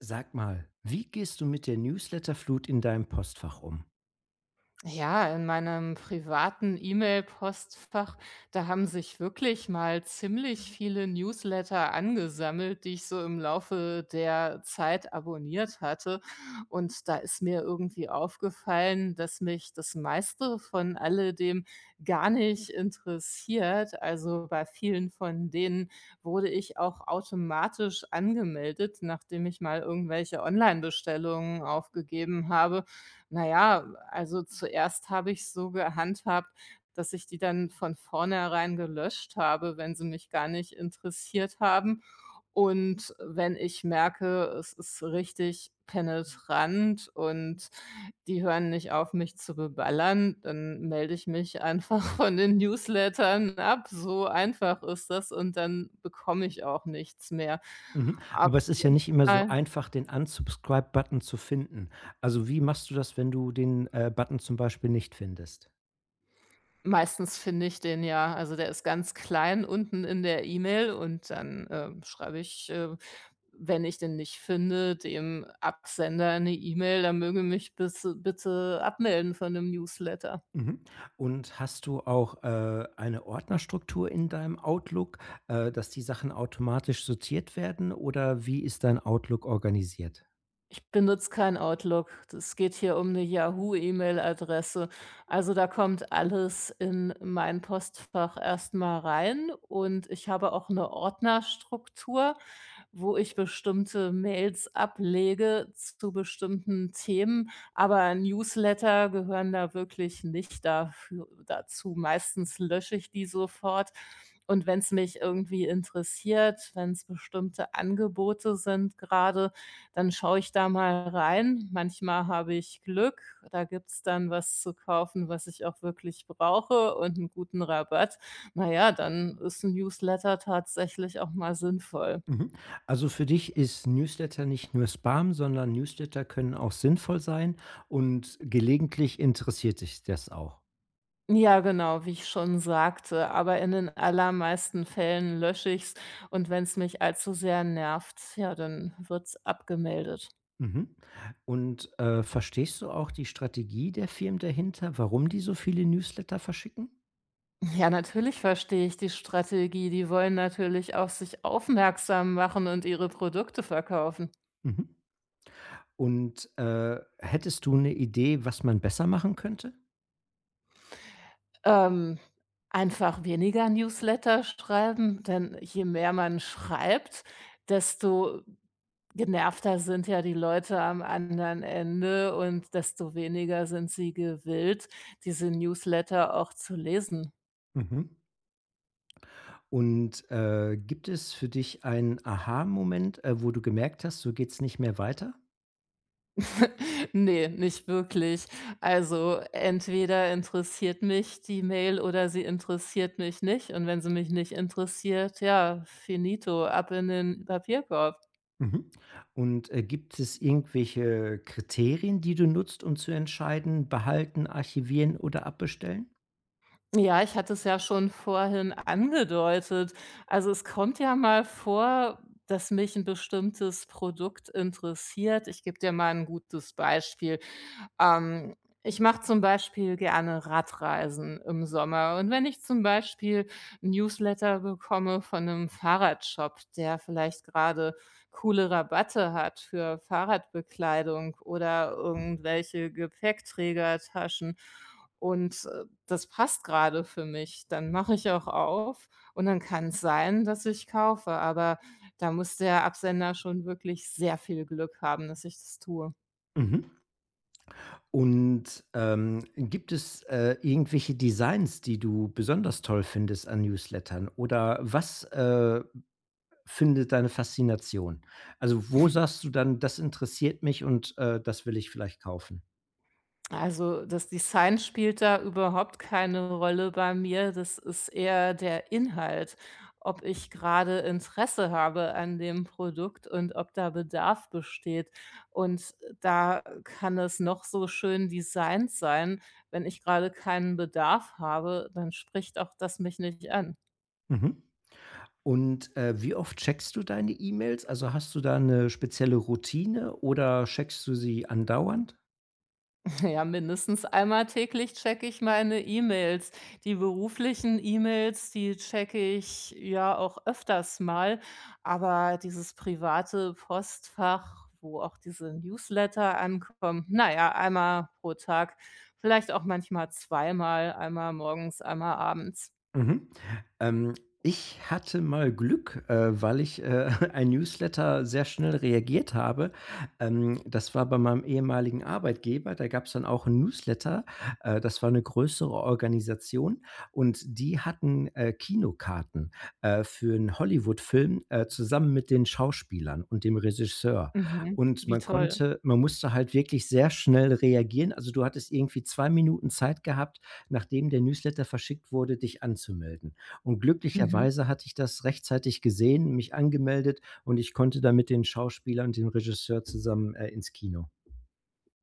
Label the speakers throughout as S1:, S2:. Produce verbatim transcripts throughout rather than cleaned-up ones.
S1: Sag mal, wie gehst du mit der Newsletterflut in deinem Postfach um?
S2: Ja, in meinem privaten E-Mail-Postfach, da haben sich wirklich mal ziemlich viele Newsletter angesammelt, die ich so im Laufe der Zeit abonniert hatte. Und da ist mir irgendwie aufgefallen, dass mich das meiste von alledem gar nicht interessiert. Also bei vielen von denen wurde ich auch automatisch angemeldet, nachdem ich mal irgendwelche Online-Bestellungen aufgegeben habe. Na ja, also zuerst habe ich so gehandhabt, dass ich die dann von vornherein gelöscht habe, wenn sie mich gar nicht interessiert haben. Und wenn ich merke, es ist richtig penetrant und die hören nicht auf, mich zu beballern, dann melde ich mich einfach von den Newslettern ab. So einfach ist das, und dann bekomme ich auch nichts mehr.
S1: Mhm. Aber es ist ja nicht immer so
S2: Aber
S1: einfach, den Unsubscribe-Button zu finden. Also wie machst du das, wenn du den, äh, Button zum Beispiel nicht findest?
S2: meistens finde ich den ja. Also, der ist ganz klein unten in der E-Mail, und dann, ähm, schreibe ich, äh, wenn ich den nicht finde, dem Absender eine E-Mail, er möge mich bis bitte abmelden von dem Newsletter.
S1: Mhm. Und hast du auch, äh, eine Ordnerstruktur in deinem Outlook, äh, dass die Sachen automatisch sortiert werden oder wie ist dein Outlook organisiert?
S2: Ich benutze kein Outlook. Es geht hier um eine Yahoo-E-Mail-Adresse. Also, da kommt alles in mein Postfach erstmal rein, und ich habe auch eine Ordnerstruktur, wo ich bestimmte Mails ablege zu bestimmten Themen, aber Newsletter gehören da wirklich nicht dafür dazu. Meistens lösche ich die sofort, und wenn es mich irgendwie interessiert, wenn es bestimmte Angebote sind gerade. Dann schaue ich da mal rein. Manchmal habe ich Glück, da gibt's dann was zu kaufen, was ich auch wirklich brauche, und einen guten Rabatt. Na ja, dann ist ein Newsletter tatsächlich auch mal sinnvoll.
S1: Mhm. Also für dich ist Newsletter nicht nur Spam, sondern Newsletter können auch sinnvoll sein und gelegentlich interessiert dich das auch.
S2: Ja, genau, wie ich schon sagte, aber in den allermeisten Fällen lösche ich's, und wenn's mich allzu sehr nervt, ja, dann wird's abgemeldet.
S1: Mhm. Und äh, verstehst du auch die Strategie der Firmen dahinter, warum die so viele Newsletter verschicken?
S2: Ja, natürlich verstehe ich die Strategie. Die wollen natürlich auf sich aufmerksam machen und ihre Produkte verkaufen.
S1: Mhm. Und äh, hättest du eine Idee, was man besser machen könnte?
S2: Ähm, Einfach weniger Newsletter schreiben, denn je mehr man schreibt, desto genervter sind ja die Leute am anderen Ende, und desto weniger sind sie gewillt, diese Newsletter auch zu lesen.
S1: Mhm. Und äh, gibt es für dich einen Aha-Moment, äh, wo du gemerkt hast, so geht es nicht mehr weiter?
S2: Ne, nicht wirklich. Also, entweder interessiert mich die Mail oder sie interessiert mich nicht, und wenn sie mich nicht interessiert, ja, finito, ab in den Papierkorb.
S1: Mhm. Und, äh, gibt es irgendwelche Kriterien, die du nutzt, um zu entscheiden: Behalten, archivieren oder abbestellen?
S2: Ja, ich hatte es ja schon vorhin angedeutet. Also, es kommt ja mal vor, dass mich ein bestimmtes Produkt interessiert. Ich gebe dir mal ein gutes Beispiel. Ähm, Ich mache zum Beispiel gerne Radreisen im Sommer. Und wenn ich zum Beispiel 'n Newsletter bekomme von einem Fahrradshop, der vielleicht gerade coole Rabatte hat für Fahrradbekleidung oder irgendwelche Gepäckträgertaschen und, äh, das passt gerade für mich, dann mache ich auch auf, und dann kann es sein, dass ich kaufe. Aber da muss der Absender schon wirklich sehr viel Glück haben, dass ich das tue.
S1: Mhm. Und, ähm, gibt es, äh, irgendwelche Designs, die du besonders toll findest an Newslettern? Oder was, äh, findet deine Faszination? Also, wo sagst du dann: „Das interessiert mich und, äh, das will ich vielleicht kaufen?“
S2: Also, das Design spielt da überhaupt keine Rolle bei mir. Das ist eher der Inhalt, ob ich gerade Interesse habe an dem Produkt und ob da Bedarf besteht. Und da kann es noch so schön designt sein. Wenn ich gerade keinen Bedarf habe, dann spricht auch das mich nicht an.
S1: Mhm. Und, äh, wie oft checkst du deine E-Mails? Also, hast du da eine spezielle Routine oder checkst du sie andauernd?
S2: Ja, mindestens einmal täglich checke ich meine E-Mails. Die beruflichen E-Mails, die checke ich ja auch öfters mal, aber dieses private Postfach, wo auch diese Newsletter ankommen, naja, einmal pro Tag, vielleicht auch manchmal zweimal, einmal morgens, einmal abends.
S1: Mhm. Ähm, ich hatte mal Glück, äh, weil ich, äh, ein Newsletter sehr schnell reagiert habe. Ähm, das war bei meinem ehemaligen Arbeitgeber, da gab es dann auch 'n Newsletter. Äh, das war eine größere Organisation und die hatten, äh, Kinokarten, äh, für 'n Hollywoodfilm, äh, zusammen mit den Schauspielern und dem Regisseur.
S2: Mhm.
S1: Und
S2: Wie
S1: man
S2: toll.
S1: konnte man musste halt wirklich sehr schnell reagieren. Also, du hattest irgendwie zwei Minuten Zeit gehabt, nachdem der Newsletter verschickt wurde, dich anzumelden. Und
S2: Mhm.
S1: glücklicherweise hatte ich das rechtzeitig gesehen, mich angemeldet und ich konnte dann mit den Schauspielern und dem Regisseur zusammen, äh, ins Kino.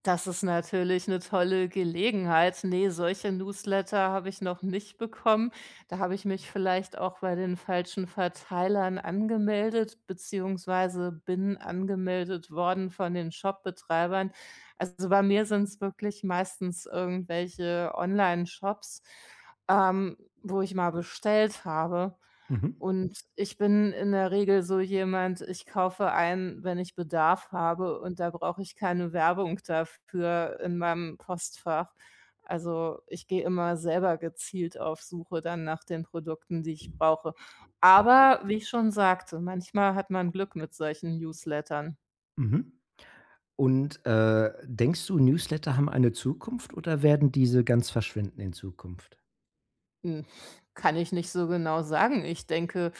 S2: Das ist natürlich eine tolle Gelegenheit. Ne, solche Newsletter habe ich noch nicht bekommen. Da habe ich mich vielleicht auch bei den falschen Verteilern angemeldet, beziehungsweise bin angemeldet worden von den Shopbetreibern. Also, bei mir sind es wirklich meistens irgendwelche Onlineshops, ähm, wo ich mal bestellt habe.
S1: Mhm,
S2: Und ich bin in der Regel so jemand, ich kaufe ein, wenn ich Bedarf habe, und da brauche ich keine Werbung dafür in meinem Postfach. Also, ich gehe immer selber gezielt auf Suche dann nach den Produkten, die ich brauche. Aber wie ich schon sagte, manchmal hat man Glück mit solchen Newslettern.
S1: mhm. Und, äh, denkst du, Newsletter haben eine Zukunft oder werden diese ganz verschwinden in Zukunft?
S2: Hm, kann ich nicht so genau sagen. Ich denke,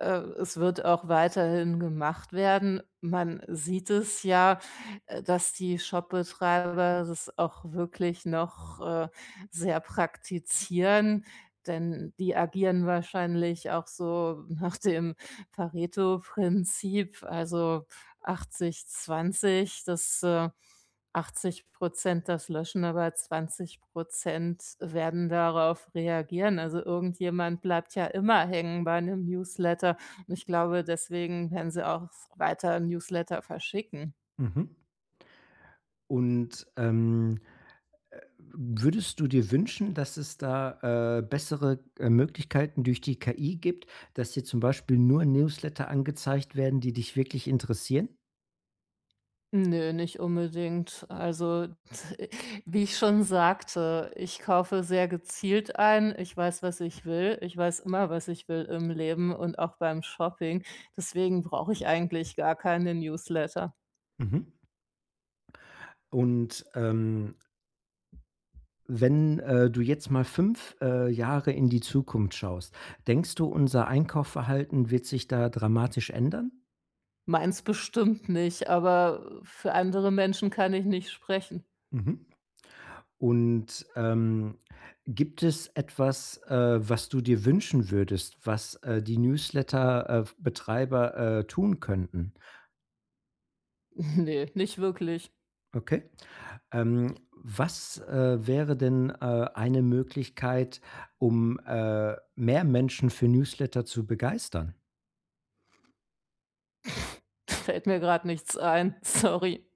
S2: Äh, es wird auch weiterhin gemacht werden. Man sieht es ja, äh, dass die Shopbetreiber das auch wirklich noch, äh, sehr praktizieren, denn die agieren wahrscheinlich auch so nach dem Pareto-Prinzip, also achtzig zwanzig. das, äh achtzig das löschen, aber zwanzig werden darauf reagieren. Also irgendjemand bleibt ja immer hängen bei einem Newsletter, und ich glaube, deswegen werden sie auch weiter Newsletter verschicken.
S1: Mhm. Und, ähm Äh, würdest du dir wünschen, dass es da, äh, bessere, äh, Möglichkeiten durch die K I gibt, dass dir zum Beispiel nur Newsletter angezeigt werden, die dich wirklich interessieren?
S2: Ne, nicht unbedingt. Also, t- wie ich schon sagte, ich kaufe sehr gezielt ein. Ich weiß, was ich will. Ich weiß immer, was ich will im Leben und auch beim Shopping. Deswegen brauche ich eigentlich gar keine Newsletter.
S1: Mhm. Und, ähm, wenn, äh, du jetzt mal fünf äh, Jahre in die Zukunft schaust, denkst du, unser Einkaufsverhalten wird sich da dramatisch ändern?
S2: Meins bestimmt nicht, aber für andere Menschen kann ich nicht sprechen.
S1: Mhm. Und, ähm, gibt es etwas, äh, was du dir wünschen würdest, was, äh, die Newsletter, äh, Betreiber, äh, tun könnten?
S2: Ne, nicht wirklich.
S1: Okay. Ähm, was, äh, wäre denn, äh, eine Möglichkeit, um, äh, mehr Menschen für Newsletter zu begeistern?
S2: Fällt mir gerade nichts ein. Sorry.